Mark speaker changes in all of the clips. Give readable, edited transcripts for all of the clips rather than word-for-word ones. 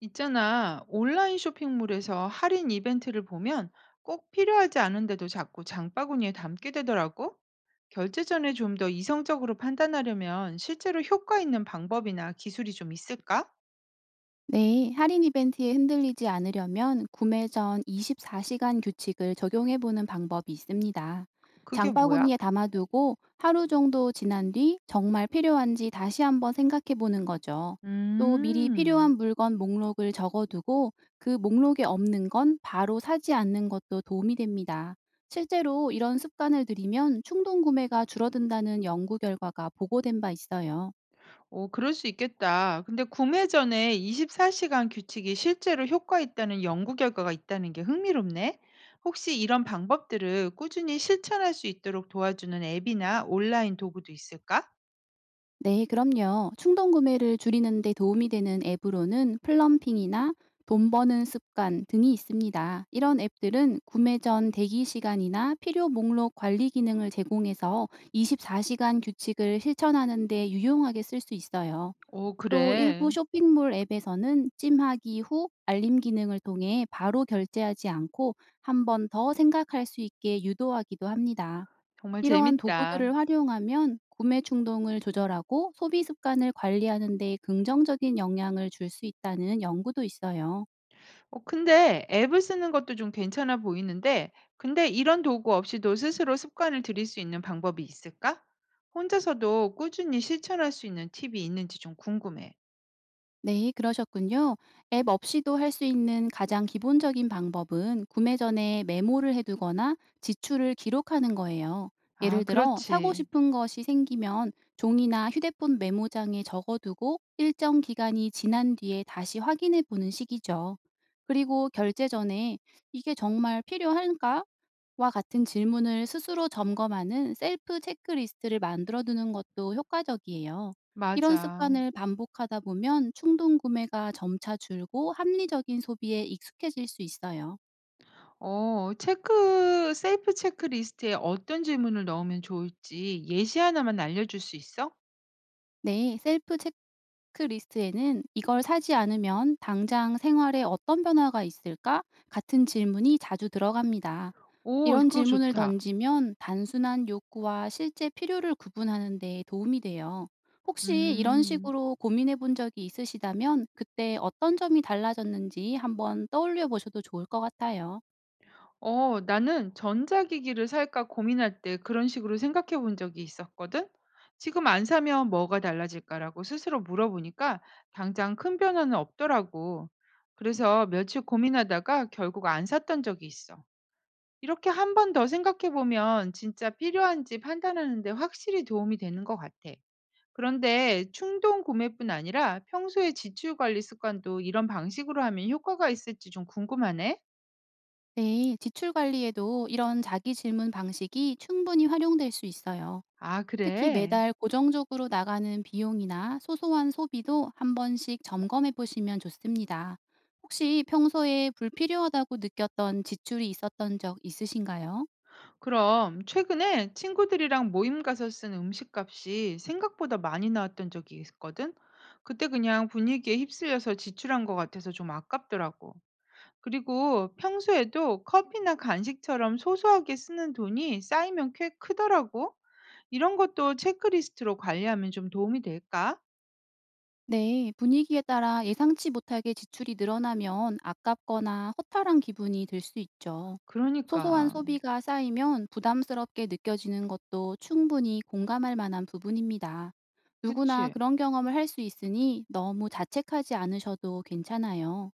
Speaker 1: 있잖아, 온라인 쇼핑몰에서 할인 이벤트를 보면 꼭 필요하지 않은데도 자꾸 장바구니에 담게 되더라고. 결제 전에 좀 더 이성적으로 판단하려면 실제로 효과 있는 방법이나 기술이 좀 있을까?
Speaker 2: 네, 할인 이벤트에 흔들리지 않으려면 구매 전 24시간 규칙을 적용해 보는 방법이 있습니다.
Speaker 1: 그게 뭐야?
Speaker 2: 장바구니에 담아두고 하루 정도 지난 뒤 정말 필요한지 다시 한번 생각해 보는 거죠. 또 미리
Speaker 1: 음,
Speaker 2: 필요한 물건 목록을 적어두고 그 목록에 없는 건 바로 사지 않는 것도 도움이 됩니다. 실제로 이런 습관을 들이면 충동 구매가 줄어든다는 연구 결과가 보고된 바 있어요.
Speaker 1: 오, 그럴 수 있겠다. 근데 구매 전에 24시간 규칙이 실제로 효과 있다는 연구 결과가 있다는 게 흥미롭네. 혹시 이런 방법들을 꾸준히 실천할 수 있도록 도와주는 앱이나 온라인 도구도 있을까?
Speaker 2: 네, 그럼요. 충동 구매를 줄이는 데 도움이 되는 앱으로는 플럼핑이나 돈 버는 습관 등이 있습니다. 이런 앱들은 구매 전 대기 시간이나 필요 목록 관리 기능을 제공해서 24시간 규칙을 실천하는 데 유용하게 쓸 수 있어요.
Speaker 1: 오,
Speaker 2: 또 일부
Speaker 1: 그래.
Speaker 2: 쇼핑몰 앱에서는 찜하기 후 알림 기능을 통해 바로 결제하지 않고 한번 더 생각할 수 있게 유도하기도 합니다.
Speaker 1: 정말
Speaker 2: 이러한
Speaker 1: 재밌다.
Speaker 2: 도구들을 활용하면 구매 충동을 조절하고 소비 습관을 관리하는 데 긍정적인 영향을 줄 수 있다는 연구도 있어요.
Speaker 1: 어, 근데 앱을 쓰는 것도 좀 괜찮아 보이는데 근데 이런 도구 없이도 스스로 습관을 들일 수 있는 방법이 있을까? 혼자서도 꾸준히 실천할 수 있는 팁이 있는지 좀 궁금해.
Speaker 2: 네, 그러셨군요. 앱 없이도 할 수 있는 가장 기본적인 방법은 구매 전에 메모를 해두거나 지출을 기록하는 거예요.
Speaker 1: 아,
Speaker 2: 예를 들어, 사고
Speaker 1: 그렇지.
Speaker 2: 싶은 것이 생기면 종이나 휴대폰 메모장에 적어두고 일정 기간이 지난 뒤에 다시 확인해 보는 식이죠. 그리고 결제 전에 "이게 정말 필요한가? 와 같은 질문을 스스로 점검하는 셀프 체크리스트를 만들어 두는 것도 효과적이에요. 이런
Speaker 1: 맞아.
Speaker 2: 습관을 반복하다 보면 충동 구매가 점차 줄고 합리적인 소비에 익숙해질 수 있어요.
Speaker 1: 어, 체크 셀프 체크리스트에 어떤 질문을 넣으면 좋을지 예시 하나만 알려 줄 수 있어?
Speaker 2: 네, 셀프 체크리스트에는 "이걸 사지 않으면 당장 생활에 어떤 변화가 있을까?" 같은 질문이 자주 들어갑니다.
Speaker 1: 오,
Speaker 2: 이런
Speaker 1: 그거
Speaker 2: 질문을
Speaker 1: 좋다.
Speaker 2: 던지면 단순한 욕구와 실제 필요를 구분하는 데 도움이 돼요. 혹시 이런
Speaker 1: 음.
Speaker 2: 식으로 고민해 본 적이 있으시다면, 그때 어떤 점이 달라졌는지 한번 떠올려 보셔도 좋을 것 같아요.
Speaker 1: 어, 나는 전자기기를 살까 고민할 때 그런 식으로 생각해 본 적이 있었거든. 지금 안 사면 뭐가 달라질까라고 스스로 물어보니까 당장 큰 변화는 없더라고. 그래서 며칠 고민하다가 결국 안 샀던 적이 있어. 이렇게 한 번 더 생각해 보면 진짜 필요한지 판단하는 데 확실히 도움이 되는 것 같아. 그런데 충동 구매뿐 아니라 평소에 지출 관리 습관도 이런 방식으로 하면 효과가 있을지 좀 궁금하네.
Speaker 2: 네, 지출 관리에도 이런 자기 질문 방식이 충분히 활용될 수 있어요.
Speaker 1: 아,
Speaker 2: 특히
Speaker 1: 그래.
Speaker 2: 매달 고정적으로 나가는 비용이나 소소한 소비도 한 번씩 점검해 보시면 좋습니다. 혹시 평소에 불필요하다고 느꼈던 지출이 있었던 적 있으신가요?
Speaker 1: 그럼 최근에 친구들이랑 모임 가서 쓴 음식값이 생각보다 많이 나왔던 적이 있거든. 그때 그냥 분위기에 휩쓸려서 지출한 것 같아서 좀 아깝더라고. 그리고 평소에도 커피나 간식처럼 소소하게 쓰는 돈이 쌓이면 꽤 크더라고. 이런 것도 체크리스트로 관리하면 좀 도움이 될까?
Speaker 2: 네, 분위기에 따라 예상치 못하게 지출이 늘어나면 아깝거나 허탈한 기분이 들 수 있죠. 소소한
Speaker 1: 그러니까.
Speaker 2: 소비가 쌓이면 부담스럽게 느껴지는 것도 충분히 공감할 만한 부분입니다. 누구나
Speaker 1: 그치.
Speaker 2: 그런 경험을 할 수 있으니 너무 자책하지 않으셔도 괜찮아요.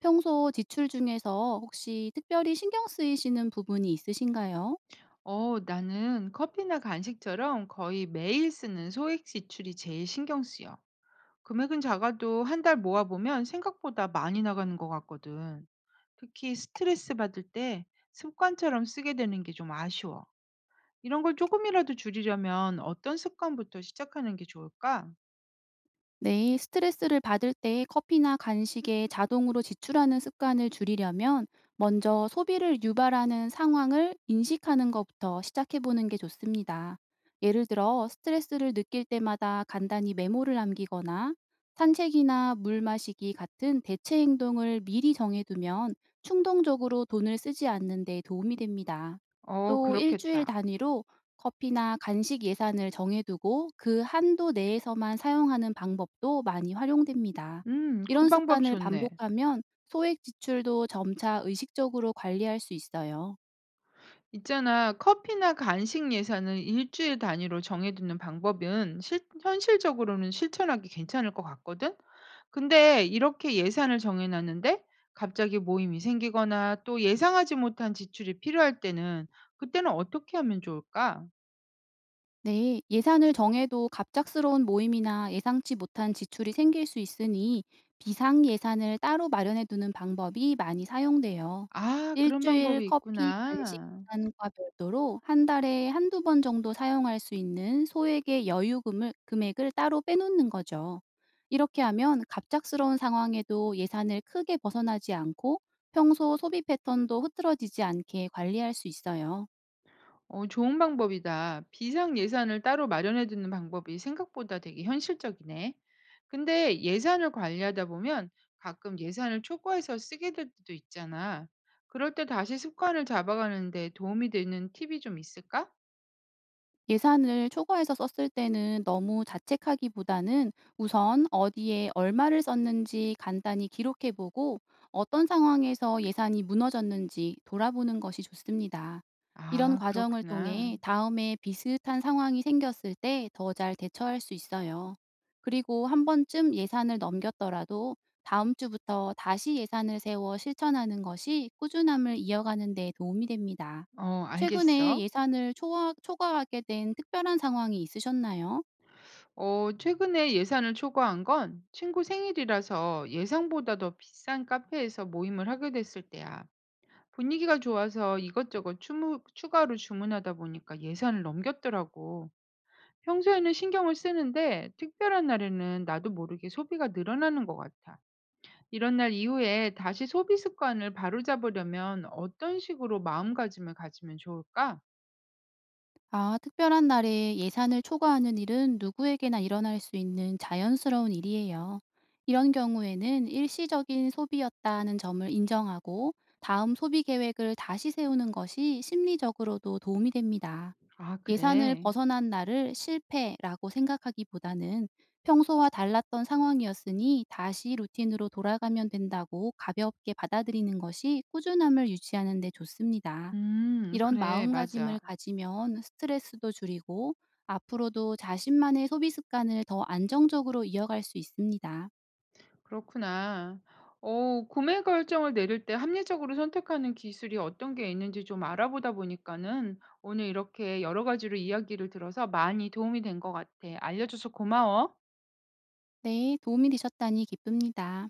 Speaker 2: 평소 지출 중에서 혹시 특별히 신경 쓰이시는 부분이 있으신가요?
Speaker 1: 어, 나는 커피나 간식처럼 거의 매일 쓰는 소액 지출이 제일 신경 쓰여. 금액은 작아도 한 달 모아보면 생각보다 많이 나가는 것 같거든. 특히 스트레스 받을 때 습관처럼 쓰게 되는 게 좀 아쉬워. 이런 걸 조금이라도 줄이려면 어떤 습관부터 시작하는 게 좋을까?
Speaker 2: 네, 스트레스를 받을 때 커피나 간식에 자동으로 지출하는 습관을 줄이려면, 먼저 소비를 유발하는 상황을 인식하는 것부터 시작해 보는 게 좋습니다. 예를 들어 스트레스를 느낄 때마다 간단히 메모를 남기거나, 산책이나 물 마시기 같은 대체 행동을 미리 정해두면 충동적으로 돈을 쓰지 않는 데 도움이 됩니다.
Speaker 1: 어,
Speaker 2: 또 일주일
Speaker 1: 그렇겠다.
Speaker 2: 단위로 커피나 간식 예산을 정해두고 그 한도 내에서만 사용하는 방법도 많이 활용됩니다.
Speaker 1: 그
Speaker 2: 이런
Speaker 1: 방법
Speaker 2: 습관을
Speaker 1: 좋네.
Speaker 2: 반복하면 소액 지출도 점차 의식적으로 관리할 수 있어요.
Speaker 1: 있잖아, 커피나 간식 예산을 일주일 단위로 정해두는 방법은 현실적으로는 실천하기 괜찮을 것 같거든? 근데 이렇게 예산을 정해놨는데 갑자기 모임이 생기거나 또 예상하지 못한 지출이 필요할 때는 그때는 어떻게 하면 좋을까?
Speaker 2: 네, 예산을 정해도 갑작스러운 모임이나 예상치 못한 지출이 생길 수 있으니 비상 예산을 따로 마련해 두는 방법이 많이 사용돼요.
Speaker 1: 아, 그런
Speaker 2: 일주일
Speaker 1: 방법이
Speaker 2: 커피, 간식
Speaker 1: 있구나.
Speaker 2: 예산과 별도로 한 달에 한두 번 정도 사용할 수 있는 소액의 여유금을 금액을 따로 빼놓는 거죠. 이렇게 하면 갑작스러운 상황에도 예산을 크게 벗어나지 않고 평소 소비 패턴도 흐트러지지 않게 관리할 수 있어요.
Speaker 1: 어, 좋은 방법이다. 비상 예산을 따로 마련해 두는 방법이 생각보다 되게 현실적이네. 근데 예산을 관리하다 보면 가끔 예산을 초과해서 쓰게 될 때도 있잖아. 그럴 때 다시 습관을 잡아가는데 도움이 되는 팁이 좀 있을까?
Speaker 2: 예산을 초과해서 썼을 때는 너무 자책하기보다는 우선 어디에 얼마를 썼는지 간단히 기록해 보고 어떤 상황에서 예산이 무너졌는지 돌아보는 것이 좋습니다. 이런
Speaker 1: 아,
Speaker 2: 과정을 통해
Speaker 1: 그렇구나.
Speaker 2: 다음에 비슷한 상황이 생겼을 때 더 잘 대처할 수 있어요. 그리고 한 번쯤 예산을 넘겼더라도 다음 주부터 다시 예산을 세워 실천하는 것이 꾸준함을 이어가는 데 도움이 됩니다.
Speaker 1: 어,
Speaker 2: 최근에
Speaker 1: 알겠어.
Speaker 2: 예산을 초과하게 된 특별한 상황이 있으셨나요?
Speaker 1: 어, 최근에 예산을 초과한 건 친구 생일이라서 예상보다 더 비싼 카페에서 모임을 하게 됐을 때야. 분위기가 좋아서 이것저것 추가로 주문하다 보니까 예산을 넘겼더라고. 평소에는 신경을 쓰는데 특별한 날에는 나도 모르게 소비가 늘어나는 것 같아. 이런 날 이후에 다시 소비 습관을 바로잡으려면 어떤 식으로 마음가짐을 가지면 좋을까?
Speaker 2: 아, 특별한 날에 예산을 초과하는 일은 누구에게나 일어날 수 있는 자연스러운 일이에요. 이런 경우에는 일시적인 소비였다는 점을 인정하고 다음 소비 계획을 다시 세우는 것이 심리적으로도 도움이 됩니다.
Speaker 1: 아,
Speaker 2: 예산을
Speaker 1: 그래.
Speaker 2: 벗어난 날을 실패라고 생각하기보다는 평소와 달랐던 상황이었으니 다시 루틴으로 돌아가면 된다고 가볍게 받아들이는 것이 꾸준함을 유지하는 데 좋습니다. 이런
Speaker 1: 그래.
Speaker 2: 마음가짐을
Speaker 1: 맞아.
Speaker 2: 가지면 스트레스도 줄이고 앞으로도 자신만의 소비 습관을 더 안정적으로 이어갈 수 있습니다.
Speaker 1: 그렇구나. 어, 구매 결정을 내릴 때 합리적으로 선택하는 기술이 어떤 게 있는지 좀 알아보다 보니까는 오늘 이렇게 여러 가지로 이야기를 들어서 많이 도움이 된 것 같아. 알려줘서 고마워.
Speaker 2: 네, 도움이 되셨다니 기쁩니다.